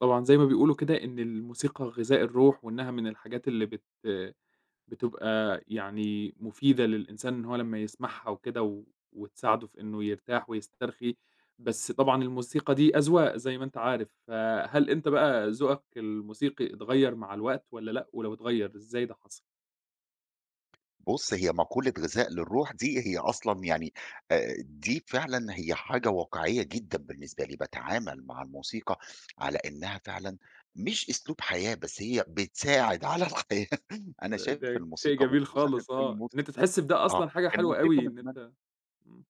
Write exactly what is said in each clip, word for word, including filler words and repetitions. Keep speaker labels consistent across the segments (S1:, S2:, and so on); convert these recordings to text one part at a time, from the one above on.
S1: طبعًا زي ما بيقولوا كده إن الموسيقى غذاء الروح، وإنها من الحاجات اللي بت بتبقى يعني مفيدة للإنسان إن هو لمّا يسمعها وكده و وتساعده في إنه يرتاح ويسترخي، بس طبعًا الموسيقى دي أذواق زي ما أنت عارف، فهل أنت بقى ذوقك الموسيقي اتغيّر مع الوقت والّا لأ؟ ولو اتغيّر إزاي ده حصل؟
S2: بُص، هي مقولة غذاء للروح دي هي أصلًا، يعني آآ دي فعلًا هي حاجة واقعية جدًا بالنسبة لي. باتعامل مع الموسيقى على إنها فعلًا مش أسلوب حياة، بس هي بتساعد على الحياة. أنا
S1: ده
S2: شايف
S1: ده شيء
S2: الموسيقى،
S1: جميل
S2: وخصوصًا
S1: خالص آه، إن
S2: الموسيقى
S1: أنت تحس بده
S2: آه،
S1: أصلًا حاجة حلوة
S2: الموسيقى
S1: أوي
S2: من
S1: إن
S2: زمان.
S1: أنت إمم.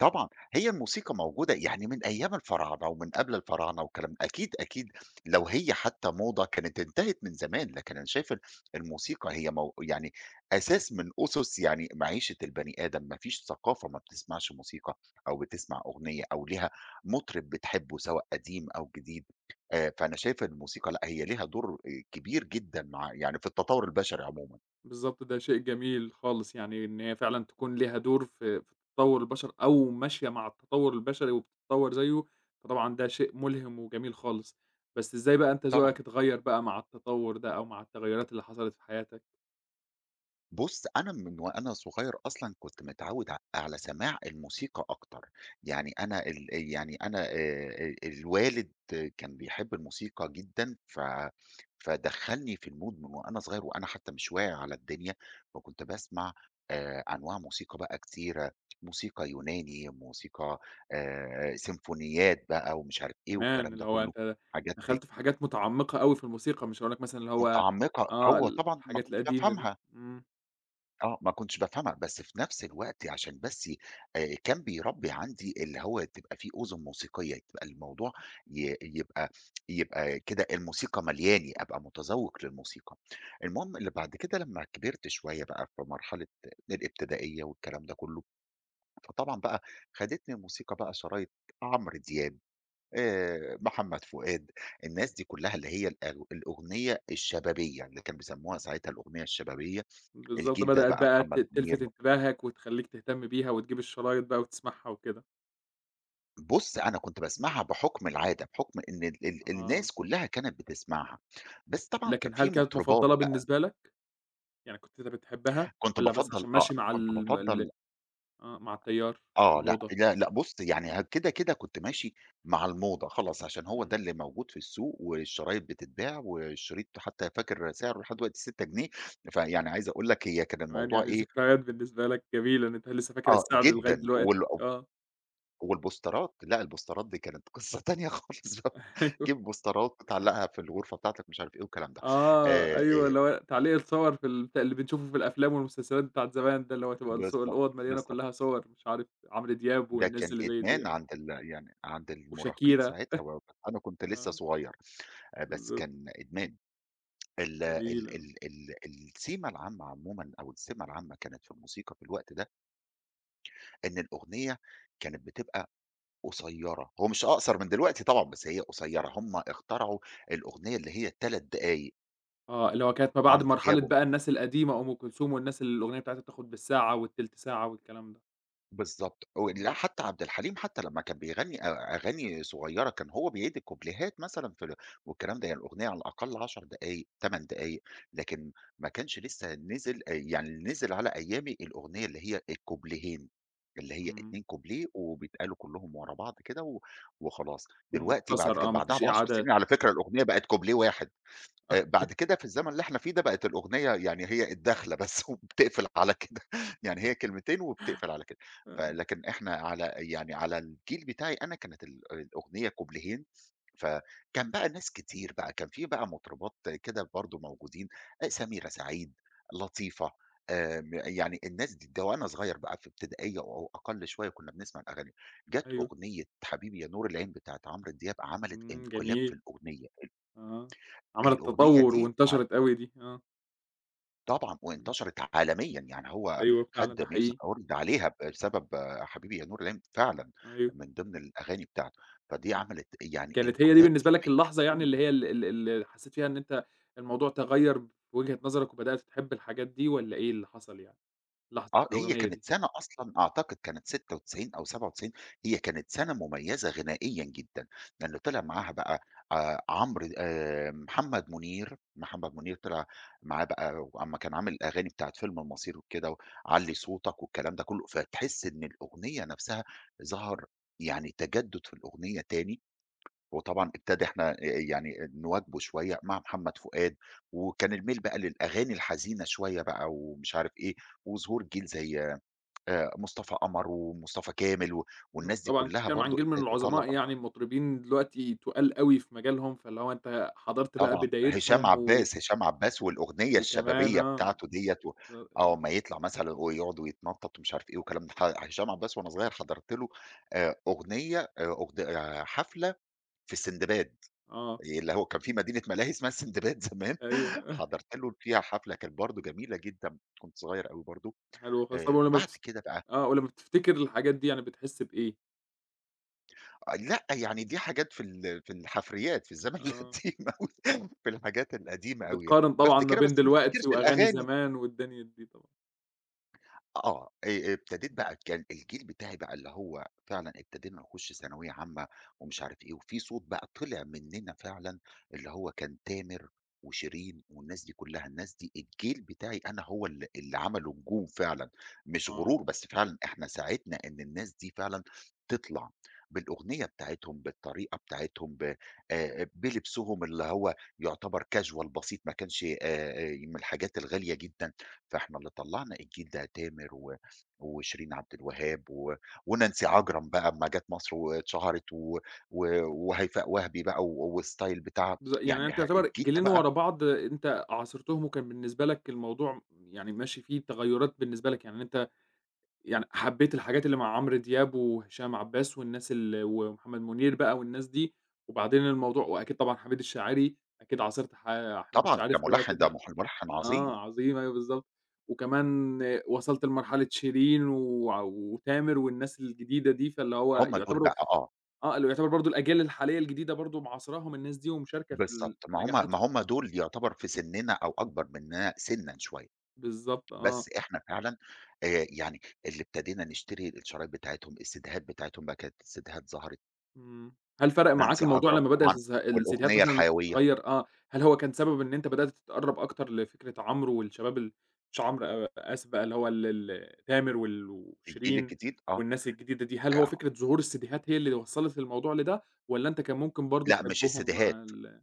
S2: طبعًا، هي الموسيقى موجودة، يعني من أيام الفراعنة ومن قبل الفراعنة والكلام ده. أكيد، أكيد لو هي حتى موضة كانت انتهت من زمان. لكن أنا شايف ال الموسيقى هي مو يعني أساس من أُسُس، يعني معيشة البني آدم. ما فيش ثقافة ما بتسمعش موسيقى أو بتسمع أغنية أو ليها مطرب بتحبه، سواء قديم أو جديد. آآ فأنا شايف الموسيقى، لأ، هي ليها دور آآ كبير جدًا مع، يعني في التطوُّر البشري عمومًا.
S1: بالضبط، ده شيء جميل خالص، يعني إن هي فعلًا تكون ليها دور في في تطوّر البشر أو ماشية مع التطوّر البشري وبتتطوّر زيه، فطبعًا ده شيء ملهم وجميل خالص. بس إزاي بقى أنت
S2: طبعًا.
S1: ذوقك اتغيّر بقى مع التطوّر ده أو مع التغيّرات اللي حصلت في حياتك؟
S2: بُص، أنا من وأنا صغير أصلًا كنت متعوّد ع على سماع الموسيقى أكتر. يعني أنا ال يعني أنا آآ، الوالد كان بيحب الموسيقى جدًا، ف فدخّلني في الmood من وأنا صغير، وأنا حتى مش واعي على الدنيا. فكنت باسمع آآ، أنواع موسيقى بقى كتيرة. موسيقى يوناني، موسيقى آآ، سيمفونيات بقى ومش عارف إيه
S1: كمان
S2: والكلام ده
S1: اللي هو
S2: كلّه.
S1: أنت
S2: حاجات
S1: دخلت في حاجات متعمّقة أوي في الموسيقى، مش هاقول لك مثلًا اللي هو
S2: متعمقة،
S1: آه،
S2: أيوه طبعًا، ما
S1: الحاجات
S2: كنتش
S1: القديمة دي.
S2: بافهمها.
S1: إمم،
S2: آه، ما كنتش بافهمها، بس في نفس الوقت عشان بس آآ كان بيربّي عندي اللي هو تبقى في أذن موسيقية، تبقى الموضوع ي يبقى، يبقى كده الموسيقى ملياني، أبقى متذوّق للموسيقى. المهم، اللي بعد كده لمّا كبرت شوية بقى في مرحلة الابتدائية والكلام ده كُلّه، فطبعًا بقى خدتني الموسيقى بقى. شرايط عمرو دياب، آآ محمد فؤاد، الناس دي كُلّها اللي هي الأغ الأغنية الشبابية، اللي كانوا بيسموها ساعتها الأغنية الشبابية.
S1: بالضبط،
S2: الجيل ده
S1: بدأت
S2: بقى
S1: بقى ت
S2: محمد منير.
S1: تلفت انتباهك وتخلّيك تهتم بيها وتجيب الشرايط بقى وتسمعها وكده.
S2: بُص، أنا كنت باسمعها بحُكم العادة، بحُكم إن ال ال
S1: آه.
S2: الناس كلّها كانت بتسمعها. بس طبعًا كان
S1: لكن هل
S2: في
S1: كانت
S2: مطربات
S1: مفضلة
S2: بقى.
S1: بالنسبة لك؟ يعني كنت أنت بتحبها
S2: كنت
S1: والّا بس
S2: بافضّل،
S1: عشان
S2: آه،
S1: ماشي مع
S2: كنت
S1: الم ال
S2: بافضّل،
S1: آه، مع التيار،
S2: آه، لأ،
S1: الموضة؟
S2: لأ، لأ. بُص، يعني ه كده، كده كنت ماشي مع الموضة خلاص، عشان هو ده
S1: إمم،
S2: اللي موجود في السوق، والشرايط بتتباع، والشريط حتى فاكر سعره لحد دلوقتي ستة جنيه. فيعني عايز أقول لك هي كان
S1: كمان
S2: الموضوع
S1: يعني
S2: إيه.
S1: ذكريات بالنسبة لك جميلة إن أنت لسه فاكر
S2: آه،
S1: الساعة دي لغاية
S2: جدًا
S1: دلوقتي،
S2: وال
S1: آه،
S2: والبوسترات. لأ، البوسترات دي كانت قصة تانية خالص بقى.
S1: أيوه،
S2: جيب بوسترات وتعلّقها في الغرفة بتاعتك، مش عارف إيه والكلام ده.
S1: آه،
S2: آآ،
S1: أيوه
S2: آآ
S1: اللي هو تعليق الصور في ال بتاع اللي بنشوفه في الأفلام والمسلسلات بتاعة زمان ده، اللي هو تبقى الصو
S2: بالضبط،
S1: الأوض مليانة
S2: بالضبط.
S1: كلّها صور مش عارف عمرو دياب
S2: ده
S1: والناس
S2: كان
S1: اللي زي دي
S2: إدمان
S1: آه،
S2: عند ال يعني عند المراهقين
S1: وشاكيرا،
S2: ساعتها. و أنا كنت لسه
S1: آه،
S2: صغير. آآ، بس
S1: بالضبط،
S2: كان إدمان. ال
S1: جميل،
S2: ال
S1: آه.
S2: ال ال السِمة العامة عمومًا، أو السِمة العامة كانت في الموسيقى في الوقت ده، إن الأغنية كانت بتبقى قصيّرة. هو مش أقصر من دلوقتي طبعًا، بس هي قصيّرة. هم اخترعوا الأغنية اللي هي تلات دقايق.
S1: آه، اللي هو كانت ما بعد
S2: عمرو دياب
S1: مرحلة بقى الناس القديمة أم كلثوم والناس اللي الأغنية بتاعتها بتاخد بالساعة والتلت ساعة والكلام ده.
S2: بالضبط. و لأ،
S1: اهم،
S2: حتى عبد الحليم، حتى لمّا كان بيغني أ أغاني صغيرة كان هو بيدّي كوبليهات مثلًا في ال والكلام ده. يعني الأغنية على الأقل عشر دقايق، تمن دقايق. لكن ما كانش لسه نزل، آآ يعني اللي نزل على أيامي الأغنية اللي هي الكوبليهين، اللي هي
S1: إمم،
S2: اتنين كوبليه وبيتقالوا كلّهم ورا بعض كده، و وخلاص، دلوقتي بعد
S1: ومختصر
S2: ك
S1: آه، ما
S2: بعدها
S1: فيش
S2: بعشر سنين
S1: إعادات.
S2: على فكرة الأغنية بقت كوبليه واحد. آآ بعد كده في الزمن اللي إحنا فيه ده بقت الأغنية يعني هي الدخلة بس وبتقفل على كده. يعني هي كلمتين وبتقفل على كده.
S1: آه،
S2: فلكن إحنا على، يعني على الجيل بتاعي أنا، كانت ال الأغنية كوبليهين. فكان بقى ناس كتير بقى، كان في بقى مطربات كده برضه موجودين. آآ سميرة سعيد، لطيفة، آمم يعني الناس دي، ده وأنا صغير بقى في ابتدائية أو أقل شوية كنا بنسمع الأغاني. جات
S1: أيوه،
S2: أغنية حبيبي يا نور العين بتاعة عمرو دياب، عملت
S1: إمم،
S2: انقلاب في
S1: جميل،
S2: الأغنية.
S1: آه، عملت
S2: الأغنية
S1: تطوُّر
S2: دي ع
S1: وانتشرت أوي دي، آه،
S2: طبعًا،
S1: إمم،
S2: وانتشرت عالميًا. يعني هو
S1: أيوه فعلًا
S2: خَد
S1: ده
S2: music
S1: حقيقي،
S2: award عليها بسبب حبيبي يا نور العين فعلًا،
S1: أيوه،
S2: من ضمن الأغاني بتاعته. فدي عملت يعني
S1: كانت هي دي
S2: انقلاب في
S1: بالنسبة لك اللحظة يعني
S2: التلحين.
S1: اللي هي ال ال اللي حسيت فيها إن أنت الموضوع تغيّر في وجهة نظرك وبدأت تحب الحاجات دي والّا إيه اللي حصل يعني، لحظة
S2: آه، هي
S1: الأغنية دي؟
S2: كانت سَنة أصلًا أعتقد كانت ستة وتسعين أو سبعة وتسعين. هي كانت سَنة مميزة غنائيًا جدًا، لأن طلع معاها بقى آآ عمرو آآ محمد منير. محمد منير طلع معاه بقى أمّا كان عامل الأغاني بتاعة فيلم المصير وكده، وعلّي صوتك والكلام ده كلّه. فتحس إن الأغنية نفسها ظهر يعني تجدد في الأغنية تاني. وطبعًا ابتدى إحنا آآ يعني نواكبه شوية مع محمد فؤاد. وكان الميل بقى للأغاني الحزينة شوية بقى ومش عارف إيه. وظهور جيل زي آآ مصطفى قمر ومصطفى كامل، و
S1: إمم،
S2: والناس دي
S1: طبعًا
S2: كلّها
S1: بتتكلم عن
S2: برضه
S1: جيل من
S2: ابتدت تطلّع
S1: العظماء
S2: برضو
S1: يعني،
S2: أغاني.
S1: المطربين دلوقتي تُقال أوي في مجالهم، فاللي هو أنت حضرت بقى
S2: طبعًا، هشام
S1: بدايتهم و
S2: عباس. هشام عباس والأغنية
S1: وكمان
S2: الشبابية
S1: آه،
S2: بتاعته ديّة. و آه، أمّا يطلع مثلًا ويقعد يتنطّط ومش عارف إيه والكلام ده. ح هشام عباس وأنا صغير حضرت له آآ أغنية آآ أغد آآ حفلة في سندباد،
S1: آه،
S2: اللي هو كان في مدينة ملاهي اسمها سندباد زمان.
S1: أيوه
S2: حضرت له فيها حفلة كانت برضه جميلة جدًا، كنت صغير أوي برضه.
S1: حلو خالص، طب
S2: آآ
S1: ولمّا
S2: بعد
S1: بتف
S2: كده بقى،
S1: آه، ولمّا بتفتكر الحاجات دي يعني بتحس بإيه؟
S2: آه، لأ، يعني دي حاجات في ال في الحفريات، في الزمن
S1: آه،
S2: القديم أوي، في الحاجات القديمة أوي يعني.
S1: بتقارن طبعًا ما
S2: بافتكرها
S1: بين
S2: بس ما افتكرش
S1: دلوقتي وأغاني
S2: الأغاني.
S1: زمان والدنيا دي طبعًا،
S2: آه، آآ ابتديت بقى. كان الجيل بتاعي بقى اللي هو فعلًا ابتدينا نخُش ثانوية عامة ومش عارف إيه. وفي صوت بقى طلع مننا فعلًا، اللي هو كان تامر وشيرين والناس دي كلّها. الناس دي الجيل بتاعي أنا هو ال اللي عمله نجوم فعلًا. مش
S1: آه،
S2: غرور، بس فعلًا إحنا ساعدنا إن الناس دي فعلًا تطلع بالأغنية بتاعتهم، بالطريقة بتاعتهم، ب آآ بلبسهم اللي هو يعتبر casual بسيط، ما كانش آآ من الحاجات الغالية جدًا. فإحنا اللي طلّعنا الجيل ده، تامر و وشيرين عبد الوهاب، و ونانسي عجرم بقى أمّا جات مصر واتشهرت، و و وهيفاء وهبي بقى و والstyle بتاعها.
S1: بالض يعني
S2: يعني
S1: أنت
S2: ه
S1: يُعتبر
S2: الجيل ده
S1: جيلين
S2: بقى
S1: ورا بعض أنت عاصرتهم، وكان بالنسبة لك الموضوع يعني ماشي فيه تغيُّرات بالنسبة لك، يعني أنت يعني حبيت الحاجات اللي مع عمرو دياب وهشام عباس والناس ال ومحمد منير بقى والناس دي، وبعدين الموضوع وأكيد طبعًا حميد الشاعري، أكيد عاصرت ح حميد
S2: طبعًا
S1: الشاعري في الوقت
S2: كملحن، ده
S1: ده
S2: مح ملحن
S1: آه،
S2: عظيم.
S1: عظيم أيوه بالضبط، وكمان وصلت لمرحلة شيرين وع وتامر والناس الجديدة دي، فاللي هو
S2: هم دول
S1: يعتبروا
S2: بقى، آه،
S1: آه، اللي هو يعتبر برضه الأجيال الحالية الجديدة برضه معاصراهم الناس دي ومشاركة في ال
S2: بالضبط.
S1: في
S2: ما هم ما
S1: نجاحاتهم،
S2: هم دول يعتبر في سننا أو أكبر مننا سِنًا شوية.
S1: بالضبط
S2: بس
S1: آه،
S2: إحنا فعلًا، آآ يعني اللي ابتدينا نشتري الشرايط بتاعتهم، السيديهات بتاعتهم بقى. كانت السيديهات ظهرت.
S1: إمم. هل فرق معاك
S2: نانسي
S1: الموضوع
S2: عجرم
S1: لمّا بدأت
S2: طبعًا،
S1: تظه الفيديوهات
S2: والأغنية
S1: مثلًا
S2: الحيوية،
S1: تتغيّر آه. هل هو كان سبب إن أنت بدأت تتقرّب أكتر لفكرة عمرو والشباب ال مش عمرو آآ آسف بقى اللي هو ال ال تامر وال
S2: الجيل
S1: وشيرين
S2: الجديد، آه.
S1: والناس الجديدة دي، هل هو
S2: آه،
S1: فكرة ظهور السيديهات هي اللي وصّلت الموضوع لده والّا أنت كان ممكن برضه
S2: لأ مش
S1: تحبهم مع
S2: السيديهات.
S1: ال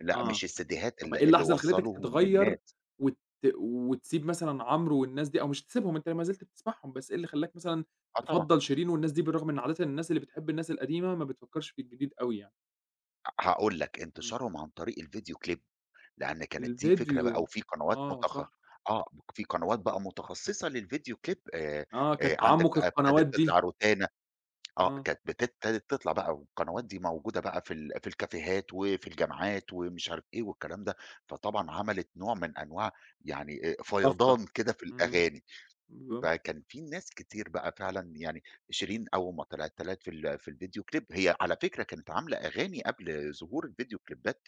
S2: لأ،
S1: آه.
S2: مش السيديهات
S1: طب
S2: ال
S1: إيه
S2: اللي
S1: اللحظة اللي خلّتك
S2: وصّلوهم
S1: تتغيّر
S2: للناس.
S1: وت وتسيب مثلًا عمرو والناس دي أو مش تسيبهم، أنت ما زلت بتسمعهم، بس إيه اللي خلّاك مثلًا
S2: آه طبعًا.
S1: تفضّل شيرين والناس دي بالرغم إن عادةً الناس اللي بتحب الناس القديمة ما بتفكّرش في الجديد أوي يعني؟
S2: هاقول لك:
S1: إمم.
S2: انتشارهم عن طريق الفيديو كليب. لأن كانت دي فكرة بقى،
S1: الفيديو،
S2: وفي قنوات
S1: آه
S2: متخ
S1: صح،
S2: آه، في قنوات بقى متخصصة للفيديو كليب. آآ،
S1: آه،
S2: آآ،
S1: كان
S2: عندك
S1: تعمُّق
S2: بقى ابتدت
S1: القنوات دي،
S2: تطلع روتانا. آه،
S1: آه،
S2: كانت بت ابتدت تطلع بقى، والقنوات
S1: إمم،
S2: دي موجودة بقى في ال في الكافيهات وفي الجامعات ومش عارف إيه والكلام ده. فطبعًا عملت نوع من أنواع، يعني آآ،
S1: طفرة.
S2: فيضان كده في
S1: إمم،
S2: الأغاني.
S1: بالضبط،
S2: فكان في ناس كتير بقى فعلًا يعني، شيرين أول ما طلعت طلعت في ال في الفيديو كليب. هي على فكرة كانت عاملة أغاني قبل ظهور الفيديو كليبات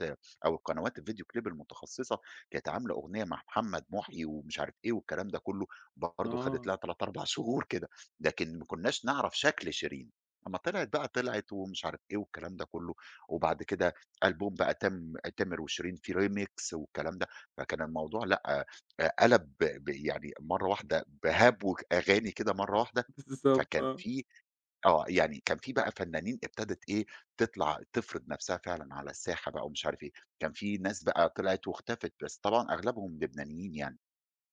S2: أو القنوات الفيديو كليب المتخصصة. كانت عاملة أغنية مع محمد محيي ومش عارف إيه والكلام ده كله، برضه خدت
S1: آه،
S2: لها تلاتة، أربعة شهور كده. لكن ما كناش نعرف شكل شيرين. أمّا طلعت بقى طلعت ومش عارف إيه والكلام ده كله. وبعد كده ألبوم بقى تام تامر وشيرين، فيه remix والكلام ده. فكان الموضوع لأ، آآ قَلَب ب ب- يعني مرّة واحدة بهَبْو ك أغاني كده مرّة واحدة.
S1: بالضبط
S2: فكان
S1: آه،
S2: في، آه، يعني كان في بقى فنانين ابتدت إيه، تطلع تفرض نَفْسها فعلًا على الساحة بقى ومش عارف إيه. كان في ناس بقى طلعت واختفت، بس طبعًا أغلبهم لبنانيين يعني.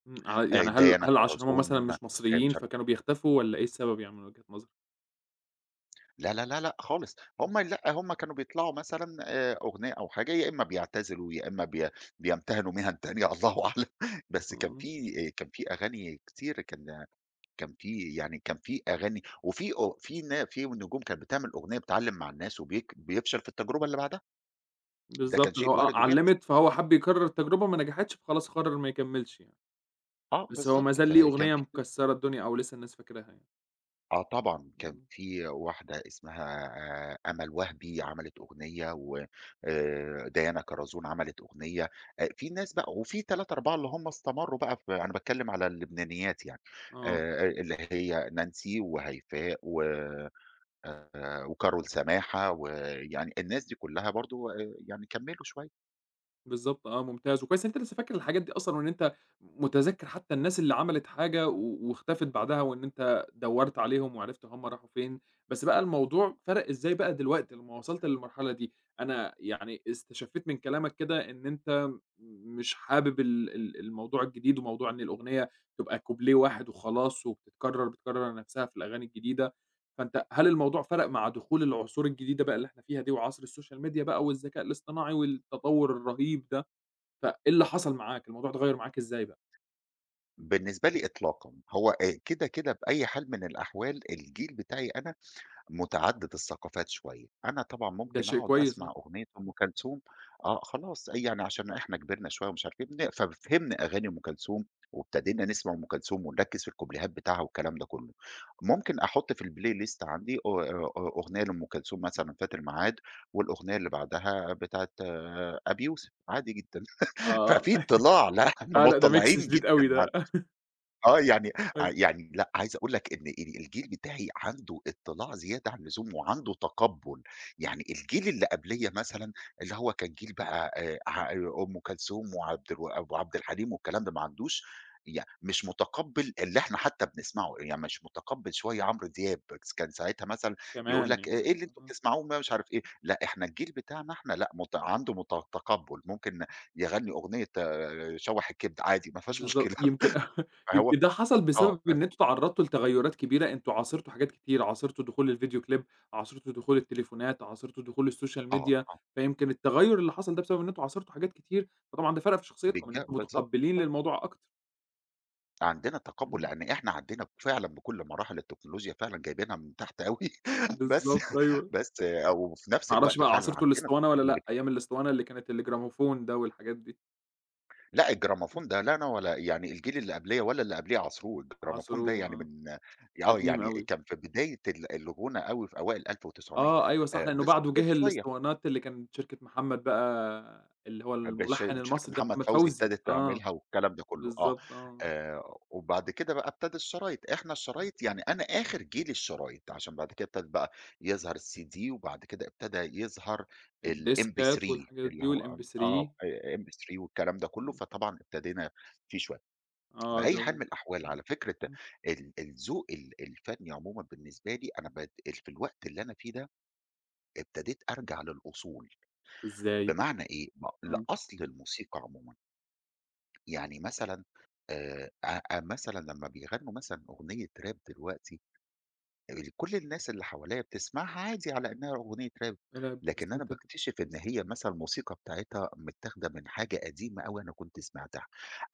S1: إمم، ع
S2: آآ
S1: يعني هل
S2: ديانا
S1: هل عشان هُم مثلًا
S2: كرزون، آآ
S1: مش مصريين
S2: مش عارف.
S1: فكانوا بيختفوا والّا إيه السبب يعني من وجهة نظرك؟
S2: لا، لا، لا، لأ خالص.
S1: إمم،
S2: هم لأ، هم كانوا بيطلعوا مثلًا آآ أغنية أو حاجة، يا إمّا بيعتزلوا يا إمّا بي بيمتهنوا مِهَن تانية. الله أعلم. بس كان
S1: آه.
S2: في آآ كان في أغاني كتير. كان كان في يعني كان في أغاني، وفي أو في نا في نجوم كانت بتعمل أغنية بتعلّم مع الناس، وبيك بيفشل في التجربة اللي بعدها. ده كان
S1: بالضبط، اللي
S2: شيء
S1: هو آه،
S2: وارد وبيحصل.
S1: علّمِت فهو حَب يكرّر التجربة، ما نجحتش فخلاص قرّر ما يكمّلش يعني،
S2: آه
S1: بس هو
S2: بالضبط،
S1: ما زال ليه
S2: فكان
S1: أغنية
S2: في،
S1: مكسّرة الدنيا أو لسه الناس فاكراها يعني.
S2: آه طبعًا، كان
S1: إمم،
S2: في واحدة اسمها آآ أمل وهبي، عملت أغنية. و آآ ديانا كرزون عملت أغنية. آآ في ناس بقى، وفي تلاتة، أربعة اللي هم استمروا بقى. في، أنا باتكلّم على اللبنانيات يعني،
S1: آه.
S2: آآ اللي هي نانسي وهيفاء، و آآ وكارول سماحة. ويعني الناس دي كلّها برضه آآ يعني كمّلوا شوية.
S1: بالضبط آه، ممتاز، وكويس إن أنت لسه فاكر الحاجات دي أصلًا وإن أنت متذكّر حتى الناس اللي عملت حاجة و واختفت بعدها وإن أنت دوّرت عليهم وعرفت هم راحوا فين، بس بقى الموضوع فرَق إزاي بقى دلوقتي لمّا وصلت للمرحلة دي؟ أنا يعني استشفيت من كلامك كده إن أنت مش حابب ال ال الموضوع الجديد وموضوع إن الأغنية تبقى كوبليه واحد وخلاص وبتتكرر، بتكرر نَفْسها في الأغاني الجديدة، فأنت هل الموضوع فرَق مع دخول العصور الجديدة بقى اللي إحنا فيها دي وعصر السوشيال ميديا بقى والذكاء الاصطناعي والتطوّر الرهيب ده؟ فإيه اللي حصل معاك؟ الموضوع ده غيّر معاك إزاي بقى؟
S2: بالنسبة لي إطلاقًا، هو آآ كده، كده بأي حال من الأحوال الجيل بتاعي أنا متعدد الثقافات شوية. أنا طبعًا
S1: ده
S2: ممكن
S1: شيء
S2: أقعد
S1: كويس
S2: أسمع
S1: آه،
S2: أغنية أم كلثوم، آه، خلاص. أي يعني عشان إحنا كبرنا شوية ومش عارف إيه، بن ففهمنا أغاني أم كلثوم وابتدينا نسمع أم كلثوم ونركّز في الكوبليهات بتاعها والكلام ده كلّه. ممكن أحُط في الplaylist عندي أ أ أغنية لأم كلثوم مثلًا فات الميعاد، والأغنية اللي بعدها بتاعة أبي يوسف عادي جدًا.
S1: آه،
S2: ففي اطلاع، لأ، إحنا
S1: آه، لأ ده mix
S2: مطّلعين
S1: شديد أوي
S2: جدًا.
S1: ده
S2: آه، يعني ع
S1: أيوه،
S2: يعني لأ، عايز أقول لك إن ال الجيل بتاعي عنده إطلاع زيادة عن اللزوم وعنده تقبُّل. يعني الجيل اللي قبليّا مثلًا، اللي هو كان جيل بقى آآ، ع أم كلثوم وعبد الو وعبد الحليم والكلام ده، ما عندوش ي مش متقبِّل اللي إحنا حتى بنسمعه. يعني مش متقبِّل شوية عمرو دياب. بس كان ساعتها مثلًا يقول
S1: كمان
S2: لك آآ،
S1: يعني
S2: إيه اللي أنتم
S1: آه،
S2: بتسمعوه، ما مش عارف إيه. لأ، إحنا الجيل بتاعنا إحنا لأ، مت عنده مت تقبُّل. ممكن يغنّي أغنية، آه، شوّح الكبد عادي ما فيهاش
S1: بالضبط
S2: مشكلة.
S1: يمكن
S2: فهو،
S1: يمكن ده حصل
S2: آه،
S1: بسبب
S2: بس،
S1: إن أنتم تعرّضتوا لتغيُّرات كبيرة، أنتم عاصرتوا حاجات كتير، عاصرتوا دخول الفيديو كليب، عاصرتوا دخول التليفونات، عاصرتوا دخول السوشيال
S2: آه،
S1: ميديا،
S2: آه،
S1: فيمكن التغيُّر اللي حصل ده بسبب إن أنتم عاصرتوا حاجات كتير، فطبعًا ده فرَق في شخصيتكم إن
S2: بالج
S1: أنتم
S2: بالضبط،
S1: متقبّلين
S2: بالضبط.
S1: للموضوع أكتر،
S2: عندنا تقبُّل
S1: إمم،
S2: لإن إحنا عدّينا فعلًا بكل مراحل التكنولوجيا فعلًا جايبينها من تحت أوي. بس،
S1: بالضبط أيوه،
S2: بس، أو في نفس
S1: ما أعرفش
S2: الوقت
S1: بقى
S2: فعلًا
S1: عاصرتوا
S2: عندنا
S1: الإسطوانة والّا
S2: تقبُّل
S1: لأ؟
S2: كبير.
S1: أيام الإسطوانة اللي كانت الجراموفون ده والحاجات دي.
S2: لأ، الجراموفون ده لا أنا ولا يعني الجيل اللي قبليّا ولا اللي قبليه عاصروه. الجراموفون
S1: عصره
S2: ده يعني
S1: آه،
S2: من، آه،
S1: قديم
S2: يعني
S1: أوي.
S2: كان في بداية ال الغُنى أوي في أوائل ألف وتسعمية.
S1: آه، أيوه صح،
S2: آآ،
S1: لإنه
S2: بس
S1: بعده
S2: فضل
S1: جه
S2: شوية
S1: الأسطوانات اللي كانت شركة محمد بقى اللي هو
S2: بش
S1: الملحّن
S2: بشركة
S1: المصري ده
S2: محمد
S1: محمد
S2: فوزي
S1: فوزي،
S2: ابتدت
S1: آه،
S2: تعملها والكلام ده كله، آه.
S1: بالضبط آه،
S2: آآ وبعد كده بقى ابتدى الشرايط. إحنا الشرايط، يعني أنا آخر جيل الشرايط، عشان بعد كده ابتدت بقى يظهر الCD، وبعد كده ابتدى يظهر الMP3
S1: الديسكات والحاجات
S2: اللي
S1: دي
S2: هو، آمم
S1: والMP3
S2: آه، آآ إم بي تري والكلام ده كله.
S1: آه،
S2: فطبعًا ابتدينا فيه شوية.
S1: آه ده
S2: بأي حال من
S1: و
S2: الأحوال،
S1: إمم،
S2: على فكرة
S1: إمم،
S2: ال الذوق ال الفني عمومًا بالنسبة لي أنا، بد في الوقت اللي أنا فيه ده ابتديت أرجع للأصول.
S1: إزاي؟
S2: بمعنى إيه، م
S1: آه،
S2: لأصل الموسيقى عمومًا. يعني مثلًا آآ ع ع مثلًا لمّا بيغنّوا مثلًا أغنية راب دلوقتي، ال كل الناس اللي حواليّا بتسمعها عادي على إنها أغنية راب.
S1: لأ
S2: لكن
S1: بس
S2: أنا
S1: أنت بت
S2: باكتشف إن هي مثلًا الموسيقى بتاعتها متاخدة من حاجة قديمة أوي أنا كنت سمعتها،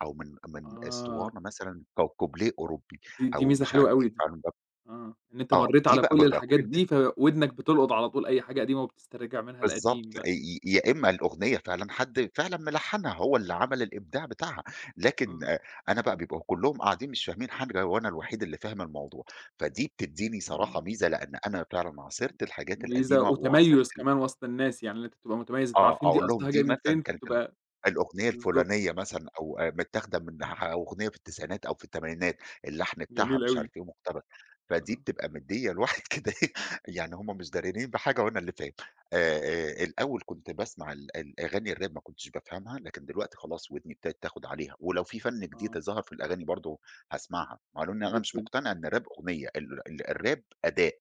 S2: أو من من
S1: آه،
S2: أسطوانة مثلًا أو كوبليه أوروبي
S1: دي دي
S2: أو
S1: ميزة
S2: مش
S1: حلوة
S2: عارف إيه.
S1: أوي دي،
S2: فأنا ب
S1: آه، إن أنت
S2: آه،
S1: مرّيت
S2: دي
S1: على
S2: بقى
S1: كل
S2: بابقى كل
S1: الحاجات
S2: الناس.
S1: دي فودنك بتلقط على طول أي حاجة قديمة وبتسترجع منها
S2: بالضبط،
S1: القديم
S2: آآ
S1: بقى،
S2: ي يا إمّا الأغنية فعلًا حد فعلًا ملحّنها، هو اللي عمل الإبداع بتاعها. لكن
S1: آه،
S2: آآ أنا بقى بيبقوا كلّهم قاعدين مش فاهمين حاجة وأنا الوحيد اللي فاهم الموضوع. فدي بتدّيني صراحة
S1: إمم.
S2: ميزة لإن أنا فعلًا عاصرت الحاجات
S1: ميزة
S2: القديمة وعاصرت.
S1: وتميُّز كمان وسط الناس، يعني إن أنت تبقى متميّز، أنتم
S2: آه،
S1: عارفين دي
S2: أقول لهم
S1: أصلها
S2: دي
S1: جاية من
S2: مثلًا
S1: فين،
S2: كانت ال
S1: فبتبقى
S2: الأغنية
S1: بالضبط،
S2: الفلانية مثلًا، أو آآ متاخدة من ح أغنية في التسعينات أو في التمانينات. اللحن بتاعها
S1: جميل
S2: مش عارف
S1: أوي.
S2: إيه، مُقتبس. فدي
S1: آه،
S2: بتبقى مديّة الواحد كده إيه، يعني هم مش داريين بحاجة وأنا اللي فاهم. آآ آآ الأول كنت باسمع ال الأغاني الراب ما كنتش بافهمها. لكن دلوقتي خلاص ودني ابتدت تاخد عليها، ولو في فَن جديد
S1: آه،
S2: ظَهَر في الأغاني برضه هاسمعها. مع إن أنا
S1: بت
S2: مش مقتنع إن الراب أغنية. ال ال الراب أداء،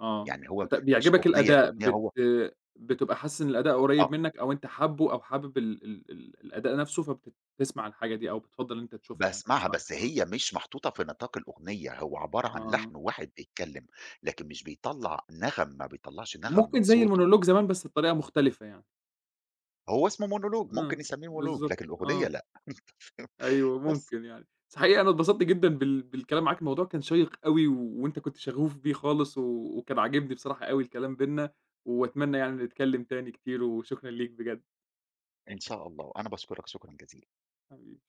S1: آه،
S2: يعني هو
S1: فت
S2: مش
S1: بيعجبك
S2: أغنية.
S1: الأداء،
S2: الأغنية
S1: بت
S2: هو،
S1: بتبقى حاسس إن الأداء قريّب
S2: آه.
S1: منّك أو أنت حابّه أو حابب ال ال ال الأداء نَفْسه، فبتسمع الحاجة دي أو بتفضّل إن أنت تشوفها يعني أو
S2: باسمعها،
S1: تسمعها،
S2: بس
S1: آه،
S2: هي مش محطوطة في نطاق الأغنية. هو عبارة عن
S1: آه،
S2: لحن واحد بيتكلم، لكن مش بيطلّع نَغَم، ما بيطلّعش نَغَم من
S1: ممكن زي
S2: صوته.
S1: الmonologue زمان بس بطريقة مختلفة يعني،
S2: هو اسمه monologue، ممكن
S1: آه،
S2: نسميه monologue،
S1: بالضبط،
S2: لكن الأغنية
S1: آه.
S2: لأ.
S1: أيوه
S2: بس،
S1: ممكن يعني. بس الحقيقة أنا اتبسطت جدًا بال بالكلام معاك، الموضوع كان شيّق أوي وأنت كنت شغوف بيه خالص و وكان عاجبني بصراحة أوي الكلام بيننا، وأتمنى يعني نتكلم تاني كتير وشكرًا ليك بجد،
S2: إن شاء الله، أنا باشكرك شكرًا جزيلًا.
S1: حبيبي.